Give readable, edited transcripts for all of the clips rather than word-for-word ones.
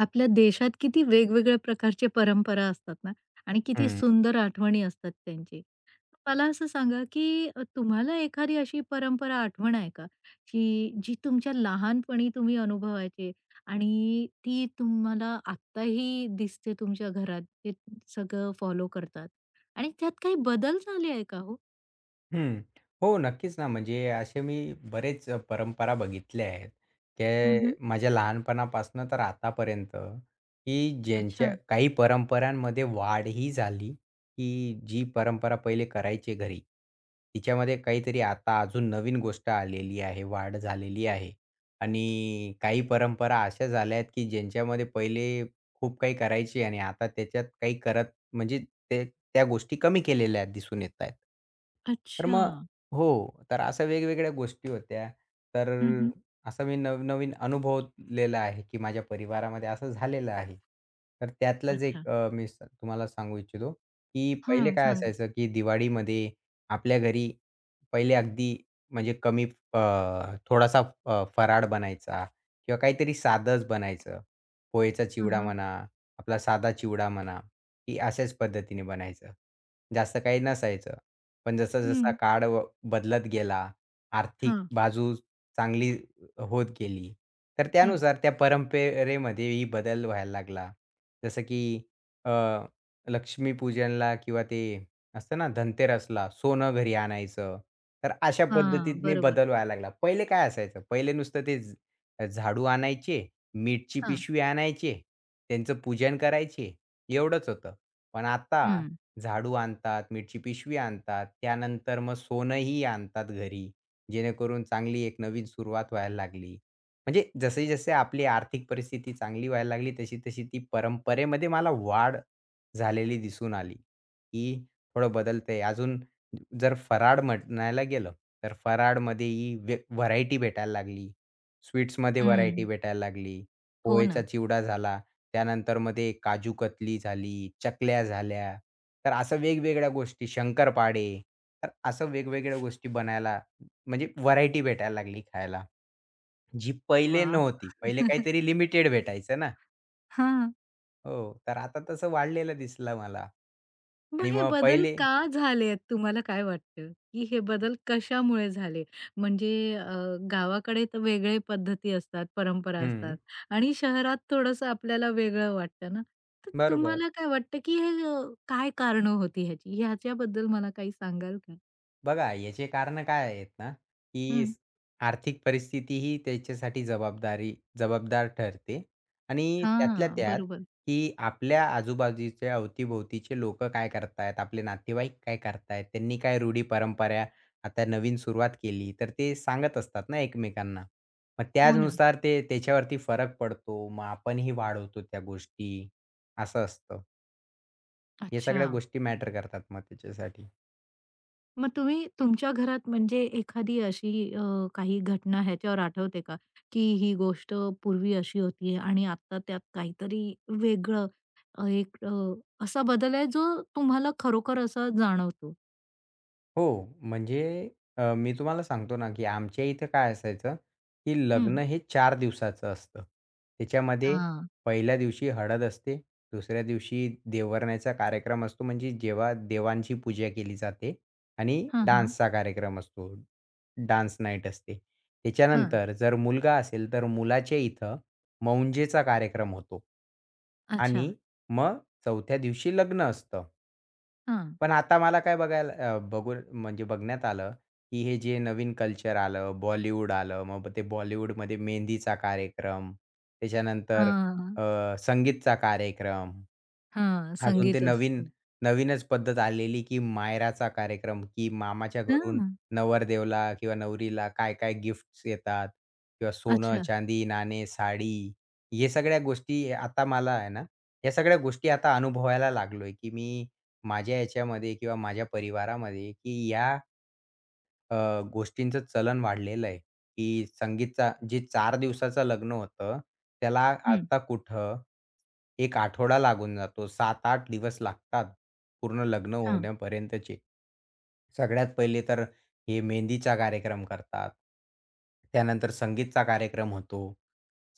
आपल्या देशात किती वेगवेगळ्या प्रकारचे परंपरा असतात ना आणि किती हं, सुंदर आठवणी असतात त्यांची. मला असं सांगा, की तुम्हाला एखादी अशी परंपरा आठवण आहे का, की जी तुमच्या लहानपणी तुम्ही अनुभवायचे आणि ती तुम्हाला आत्ताही दिसते तुमच्या घरात, ते सगळं फॉलो करतात आणि त्यात काही बदल झाले आहे का हो? हं. हो, नक्कीच ना, म्हणजे असे मी बरेच परंपरा बघितल्या आहेत. हं, ते माझ्या लहानपणापासून तर आतापर्यंत, की ज्यांच्या अच्छा. काही परंपरांमध्ये वाढ ही झाली, की जी परंपरा पहिले करायचे घरी, तिच्यामध्ये काहीतरी आता अजून नवीन गोष्ट आलेली आहे, वाढ झालेली आहे. आणि काही परंपरा अशा झाल्या आहेत, की ज्यांच्यामध्ये पहिले खूप काही करायची आणि आता त्याच्यात काही करत म्हणजे ते त्या गोष्टी कमी केलेल्या दिसून येत आहेत. तर अच्छा. मग हो. तर अशा वेगवेगळ्या गोष्टी होत्या. तर हं, असं मी नवनवीन अनुभवलेलं आहे, की माझ्या परिवारामध्ये असं झालेलं आहे. तर त्यातलंच अच्छा. एक मी तुम्हाला सांगू इच्छितो, की पहिले हां, काय सांगा. असायचं, की दिवाळीमध्ये आपल्या घरी पहिले अगदी म्हणजे कमी अ, थोडासा फराळ बनायचा किंवा काहीतरी साधंच बनायचं. पोहेचा हां, चिवडा हां. म्हणा, आपला साधा चिवडा म्हणा. की अशाच पद्धतीने बनायचं. जास्त काही नसायचं. पण जसा-जसा हं. काळ बदलत गेला, आर्थिक हां. बाजू चांगली होत गेली, तर हं. त्यानुसार त्या परंपरेमध्येही बदल व्हायला लागला. जसं की अ, लक्ष्मीपूजनला किंवा ते असतं ना धनतेरसला सोनं घरी आणायचं. तर अशा हां, पद्धतीने बरोबर. बदल व्हायला लागला. पहिले काय असायचं, पहिले नुसतं ते झाडू आणायचे, मीठची पिशवी आणायचे, त्यांचं पूजन करायचे, एवढंच होतं. पण आता हं, झाडू आणतात, मीठची पिशवी आणतात, त्यानंतर मग सोनंही आणतात घरी, जेणेकरून चांगली एक नवीन सुरुवात व्हायला लागली. म्हणजे जसे-जसे आपली आर्थिक परिस्थिती चांगली व्हायला लागली, तशी-तशी ती परंपरेमध्ये मला वाढ झालेली दिसून आली, की थोडं बदलतंय. अजून जर फराळ म्हणायला गेलं, तर फराळमध्येही व्हरायटी भेटायला लागली. स्वीट्समध्ये व्हरायटी हं. भेटायला लागली. हो पोहेचा ना. चिवडा झाला. त्यानंतर मग ते काजू कतली झाली, चकल्या झाल्या. तर असं वेगवेगळ्या गोष्टी, शंकरपाळे. तर असं वेगवेगळ्या गोष्टी बनायला म्हणजे व्हरायटी भेटायला लागली खायला, जी पहिले वाह! नव्हती. पहिले काहीतरी लिमिटेड भेटायचं ना. हां. हो, तर आता तसं वाढलेलं दिसलं मला मग आणि हे मग बदल पहिले का झालेत? तुम्हाला काय वाटतं, की हे बदल कशामुळे झाले? म्हणजे अ, गावाकडे तर वेगळे पद्धती असतात, परंपरा हं, असतात आणि शहरात थोडंसं आपल्याला वेगळं वाटतं ना. तर बरोबर. तुम्हाला काय वाटतं, की हे काय कारणं होती ह्याची? ह्याच्याबद्दल मला काही सांगाल का? बघा, याचे कारणं काय आहेत ना, की हं. आर्थिक परिस्थिती ही त्याच्यासाठी जबाबदार ठरते आणि त्यातल्या हां, त्यात, बरोबर. की आपल्या आजूबाजूच्या अवतीभोवतीचे लोकं काय करतायत, आपले नातेवाईक काय करतायत, त्यांनी काय रूढी परंपरा आता नवीन सुरुवात केली, तर ते सांगत असतात ना एकमेकांना. मग हो ना. त्याचनुसार ते त्याच्यावरती फरक पडतो. मग आपणही वाढवतो त्या गोष्टी, असं असतं. हे अच्छा. सगळ्या गोष्टी मॅटर करतात मग त्याच्यासाठी. मग तुम्ही तुमच्या घरात म्हणजे एखादी अशी अ, काही घटना ह्याच्यावर आठवते का? की ही गोष्ट पूर्वी अशी होती आणि आता त्यात काहीतरी वेगळं अ, एक अ, असा बदल आहे जो तुम्हाला खरोखर असा जाणवतो? हो, म्हणजे मी तुम्हाला सांगतो ना, की आमच्या इथे काय असायचं, की लग्न हं. हे 4 दिवसाचं असतं. त्याच्यामध्ये हां. पहिल्या दिवशी हळद असते, दुसऱ्या दिवशी देवरण्याचा कार्यक्रम असतो, म्हणजे जेव्हा देवांची पूजा केली जाते आणि हां, हां. डान्सचा कार्यक्रम असतो, डान्स नाईट असते. हां. त्याच्यानंतर जर मुलगा असेल, तर मुलाच्या इथं मौंजेचा कार्यक्रम होतो अच्छा. आणि मग चौथ्या दिवशी लग्न असतं. हां. पण आता मला काय बघायला अ, बघून म्हणजे बघण्यात आलं, की हे जे नवीन कल्चर आलं, बॉलिवूड आलं. मग ते बॉलिवूडमध्ये मेहंदीचा कार्यक्रम, त्याच्यानंतर हां, संगीतचा कार्यक्रम. हां. अजून संगीत असतं. नवीनच पद्धत आलेली, की मायराचा कार्यक्रम, की मामाच्या घरून हां. नवरदेवला किंवा नवरीला काय-काय गिफ्ट्स येतात किंवा सोनं, अच्छा. चांदी, नाणे, साडी हे सगळ्या गोष्टी आता मला आहे ना, या सगळ्या गोष्टी आता अनुभवायला लागलोय, की मी माझ्या याच्यामध्ये किंवा माझ्या परिवारामध्ये, की या अ, गोष्टींचं चलन वाढलेलं आहे, की संगीतचा जे 4 दिवसाचं लग्न होतं, त्याला हं. आता कुठं 1 आठवडा लागून जातो. 7-8 दिवस लागतात पूर्ण लग्न हां. होण्यापर्यंतचे. सगळ्यात पहिले तर हे मेहंदीचा कार्यक्रम करतात. त्यानंतर संगीतचा कार्यक्रम होतो.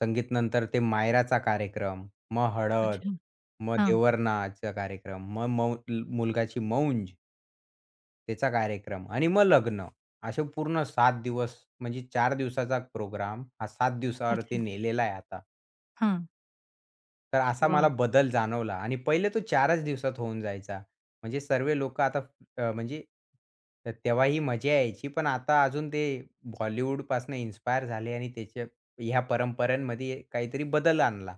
संगीत नंतर ते मायराचा कार्यक्रम, मग हळद, अच्छा. मग हां. देवरनाचा कार्यक्रम, मग मुलगाची मौंज. त्याचा कार्यक्रम आणि मग लग्न. असे पूर्ण 7 दिवस म्हणजे चार दिवसाचा प्रोग्राम हा 7 दिवसावरती अच्छा. नेलेला आहे आता. हां. तर असा मला वाह! बदल जाणवला आणि पहिले तो 4च दिवसात होऊन जायचा. म्हणजे सर्व लोकं आता म्हणजे तर तेव्हा ही मजा यायची. पण आता अजून ते बॉलिवूडपासून इन्स्पायर झाले आणि त्याच्या ह्या परंपरांमध्ये काहीतरी बदल आणला.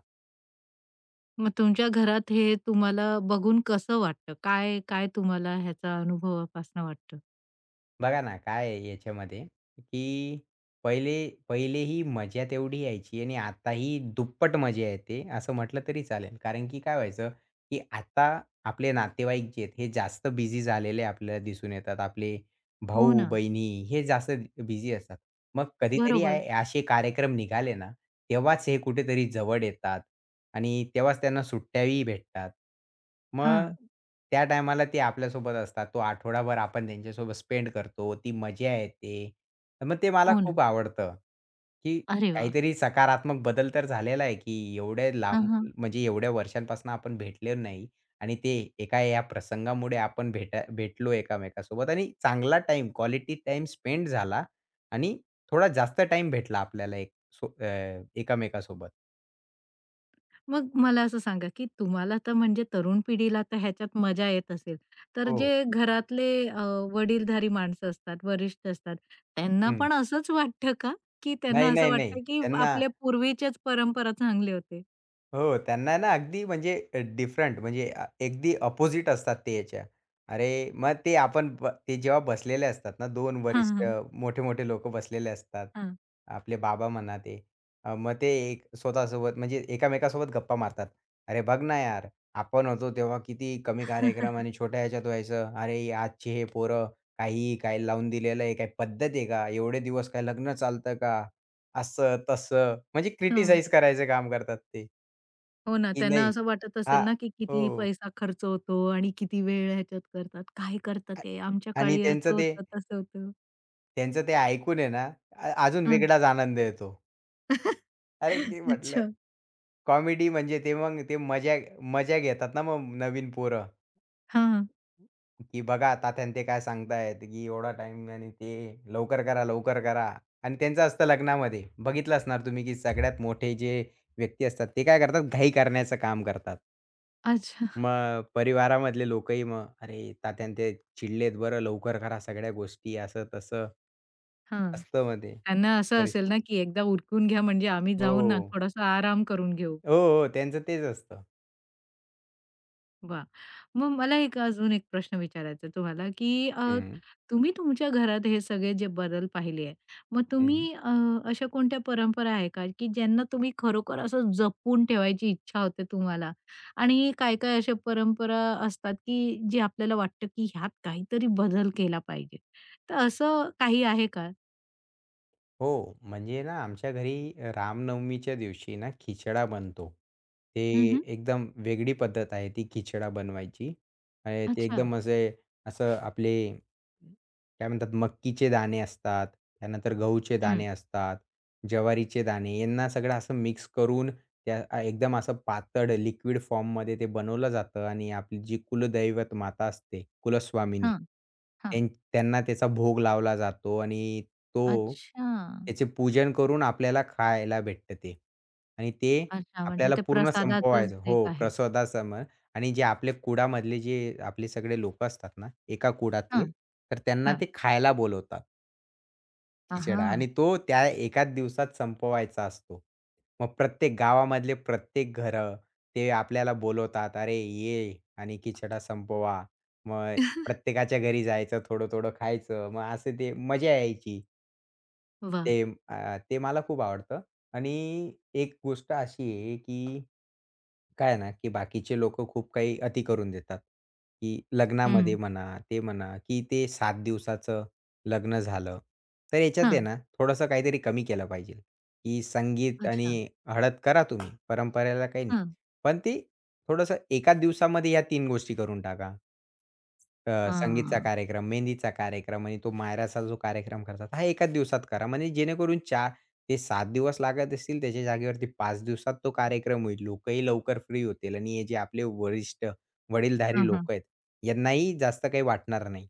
मग तुमच्या घरात हे तुम्हाला बघून कसं वाटतं? काय काय तुम्हाला ह्याचा अनुभवापासून वाटतं? बघा ना, काय आहे याच्यामध्ये, की पहिले पहिले ही मजा तेवढी यायची आणि आता ही दुप्पट मजा येते असं म्हटलं तरी चालेल. कारण की काय व्हायचं, की आता आपले नातेवाईक जे आहेत हे जास्त बिझी झालेले आपल्याला दिसून येतात. आपले हो ना. भाऊ-बहिणी हे जास्त बिझी असतात. मग कधीतरी बरोबर. असे कार्यक्रम निघाले ना तेव्हाच हे कुठेतरी जवळ येतात आणि तेव्हाच त्यांना सुट्ट्याही भेटतात. मग हां. त्या टायमाला ते आपल्यासोबत असतात. तो आठवडाभर आपण त्यांच्यासोबत स्पेंड करतो. ती मजा येते. तर मग ते मला हो ना. खूप आवडतं, की अरे वाह! काहीतरी सकारात्मक बदल तर झालेला आहे, की एवढ्या हां, लांब हां. म्हणजे एवढ्या वर्षांपासून आपण भेटलेलो नाही आणि ते एका या प्रसंगामुळे आपण भेटलो एकामेकांसोबत आणि चांगला टाईम, क्वालिटी टाईम स्पेंड झाला आणि थोडा जास्त टाईम भेटला आपल्याला सो अ, एकामेकासोबत. मग मला असं सांगा, की तुम्हाला तर म्हणजे तरुण पिढीला तर ह्याच्यात मजा येत असेल. तर हो. जे घरातले वडीलधारी माणसं असतात, वरिष्ठ असतात, त्यांना हं. पण असंच वाटतं का? की त्यांना नाही, असं नाही, नाही. वाटतं, की आपल्या पूर्वीच्याच परंपरा चांगले होते? हो, त्यांना ना अगदी म्हणजे डिफरंट म्हणजे अगदी अपोझिट असतात ते याच्या. अरे, मग ते आपण ते जेव्हा बसलेले असतात ना दोन हां, वरिष्ठ हां. मोठे-मोठे लोकं बसलेले असतात. हां. आपले बाबा म्हणा ते. मग ते एक स्वतःसोबत म्हणजे एकामेकांसोबत गप्पा मारतात. "अरे, बघ ना यार, आपण होतो तेव्हा किती कमी हां. कार्यक्रम आणि छोट्या ह्याच्यात व्हायचं. अरे, आजची हे पोरं काही काय लावून दिलेलं आहे. काही पद्धत आहे का? एवढे दिवस काय लग्न चालतं का?" असं-तसं म्हणजे क्रिटिसाइज करायचं काम करतात ते. हो ना, की त्यांना नाही. असं वाटत हां. असेल ना, की हो. किती पैसा खर्च होतो आणि किती वेळ ह्याच्यात करतात. काय करतात आ ते? आमच्या आणि काळी त्यांचं असं ते होतं, तसं होतं. त्यांचं ते ऐकून आहे ना, अजून हं. वेगळाच आनंद येतो. अरे, की म्हटलं अच्छा. कॉमेडी म्हणजे ते मग ते मजा मजा घेतात ना मग नवीन पोरं, हां. की बघा तात्यानं ते काय सांगतायत, की एवढा टाइम आणि ते लवकर करा, लवकर करा आणि त्यांचं असतं लग्नामध्ये. बघितलं असणार तुम्ही, की सगळ्यात मोठे जे व्यक्ती असतात, ते काय करतात घाई करण्याचं काम करतात. अच्छा. मग परिवारामधले लोकही मग, "अरे तात्या अन् ते चिडलेत बरं, लवकर करा सगळ्या गोष्टी." असं-तसं हां. असतं मग ते. त्यांना असं परिस असेल ना, की एकदा उरकून घ्या म्हणजे आम्ही हो. जाऊन ना थोडासा आराम करून घेऊ. हो, हो. त्यांचं तेच असतं. वाह! मग मला एक अजून एक प्रश्न विचारायचा आहे तुम्हाला, की हं, तुम्ही तुमच्या घरात हे सगळे जे बदल पाहिले आहे, मग हं. अशा कोणत्या परंपरा आहे का, की ज्यांना तुम्ही खरोखर असं जपून ठेवायची इच्छा होते तुम्हाला? आणि काय-काय अशा परंपरा असतात, की जे आपल्याला वाटतं, की ह्यात काहीतरी बदल केला पाहिजे. तर असं काही आहे का? हो, म्हणजे ना आमच्या घरी रामनवमीच्या दिवशी ना खिचडा बनतो. ते हं, हं. एकदम वेगळी पद्धत आहे ती खिचडा बनवायची. आणि ते अच्छा. एकदम असे असं आपले काय म्हणतात मक्कीचे दाणे असतात, त्यानंतर गहूचे हं. दाणे असतात, ज्वारीचे दाणे यांना सगळं असं मिक्स करून त्या एकदम असं पातळ लिक्विड फॉर्ममध्ये ते बनवलं जातं आणि आपली जी कुलदैवत माता असते, कुलस्वामिनी, हां, हां. त्यां त्यांना त्याचा भोग लावला जातो आणि तो अच्छा. त्याचे पूजन करून आपल्याला खायला भेटतं ते. आणि ते अच्छा, म्हणजे आपल्याला ते पूर्ण प्रसादाचंच संपवायचं एक हो, आहे. प्रसादासमोर आणि जे आपले कुळामधले जे आपले सगळे लोकं असतात ना, एका कुळातले, हां, तर त्यांना हां. ते खायला बोलवतात. खिचडा आ, आणि तो त्या एकाच दिवसात संपवायचा असतो. मग प्रत्येक गावामधले प्रत्येक घरं ते आपल्याला बोलवतात, "अरे ये आणि खिचडा संपवा." मग प्रत्येकाच्या घरी जायचं, थोडं-थोडं खायचं. मग असं ते मजा यायची. वाह! ते ते मला खूप आवडतं आणि एक गोष्ट अशी आहे, की काय आहे ना, की बाकीचे लोकं खूप काही अति करून देतात, की हं. लग्नामध्ये म्हणा, ते म्हणा, की ते 7 दिवसाचं लग्न झालं. तर याच्यात आहे हां. ना, थोडंसं काहीतरी कमी केलं पाहिजे, की संगीत अच्छा. आणि हळद करा तुम्ही, परंपरेला काही नाही. हां. पण ते थोडंसं एकाच दिवसामध्ये या 3 गोष्टी करून टाका. संगीतचा हां. कार्यक्रम, मेहंदीचा कार्यक्रम आणि तो मायराचा जो कार्यक्रम करतात, हा एकाच दिवसात करा. म्हणजे जेणेकरून 4 ते 7 दिवस लागत असतील, त्याच्या जागेवरती 5 दिवसात तो कार्यक्रम होईल. लोकही लवकर फ्री होतील आणि हे जे आपले वरिष्ठ, वडीलधारी हां, हां. लोकं आहेत, यांनाही जास्त काही वाटणार नाही.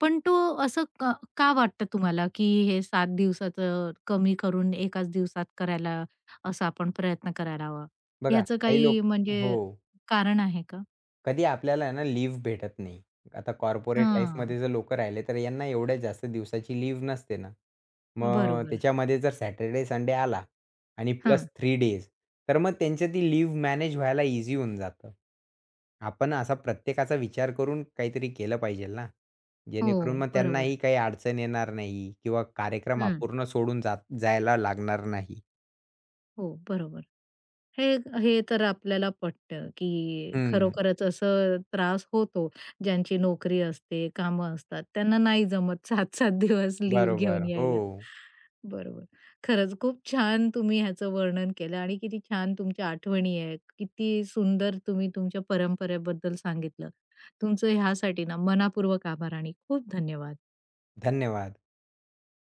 पण तो असं का का वाटतं तुम्हाला, की हे 7 दिवसाचं कमी करून एकाच दिवसात करायला असा आपण प्रयत्न करायला हवा? बघा, ह्याचं काही लोक काही हो. म्हणजे कारण आहे का? कधी आपल्याला आहे ना लीव्ह भेटत नाही. आता कॉर्पोरेट हां. लाईफमध्ये जर लोकं राहिले, तर यांना एवढ्या जास्त दिवसाची लीव्ह नसते ना. मग बरोबर. त्याच्यामध्ये जर सॅटर्डे, संडे आला आणि प्लस हां. थ्री डेज तर मग त्यांची ती लीव्ह मॅनेज व्हायला ईझी होऊन जातं. आपण असा प्रत्येकाचा विचार करून काहीतरी केलं पाहिजेल ना, जेणेकरून हो. मग बरोबर. त्यांनाही काही अडचण येणार नाही किंवा कार्यक्रम हं. अपूर्ण सोडून जात जायला लागणार नाही. हो. बरोबर. हे हे तर आपल्याला पटतं, की हं, खरोखरच असं त्रास होतो. ज्यांची नोकरी असते, कामं असतात, त्यांना नाही जमत 7-7 दिवस लीव बरोबर. घेऊन हो, यायला. बरोबर. खरंच खूप छान तुम्ही ह्याचं वर्णन केलं आणि किती छान तुमच्या आठवणी आहेत. किती सुंदर तुम्ही तुमच्या परंपरेबद्दल सांगितलं. तुमचं ह्यासाठी ना, मनापूर्वक आभार आणि खूप धन्यवाद. धन्यवाद.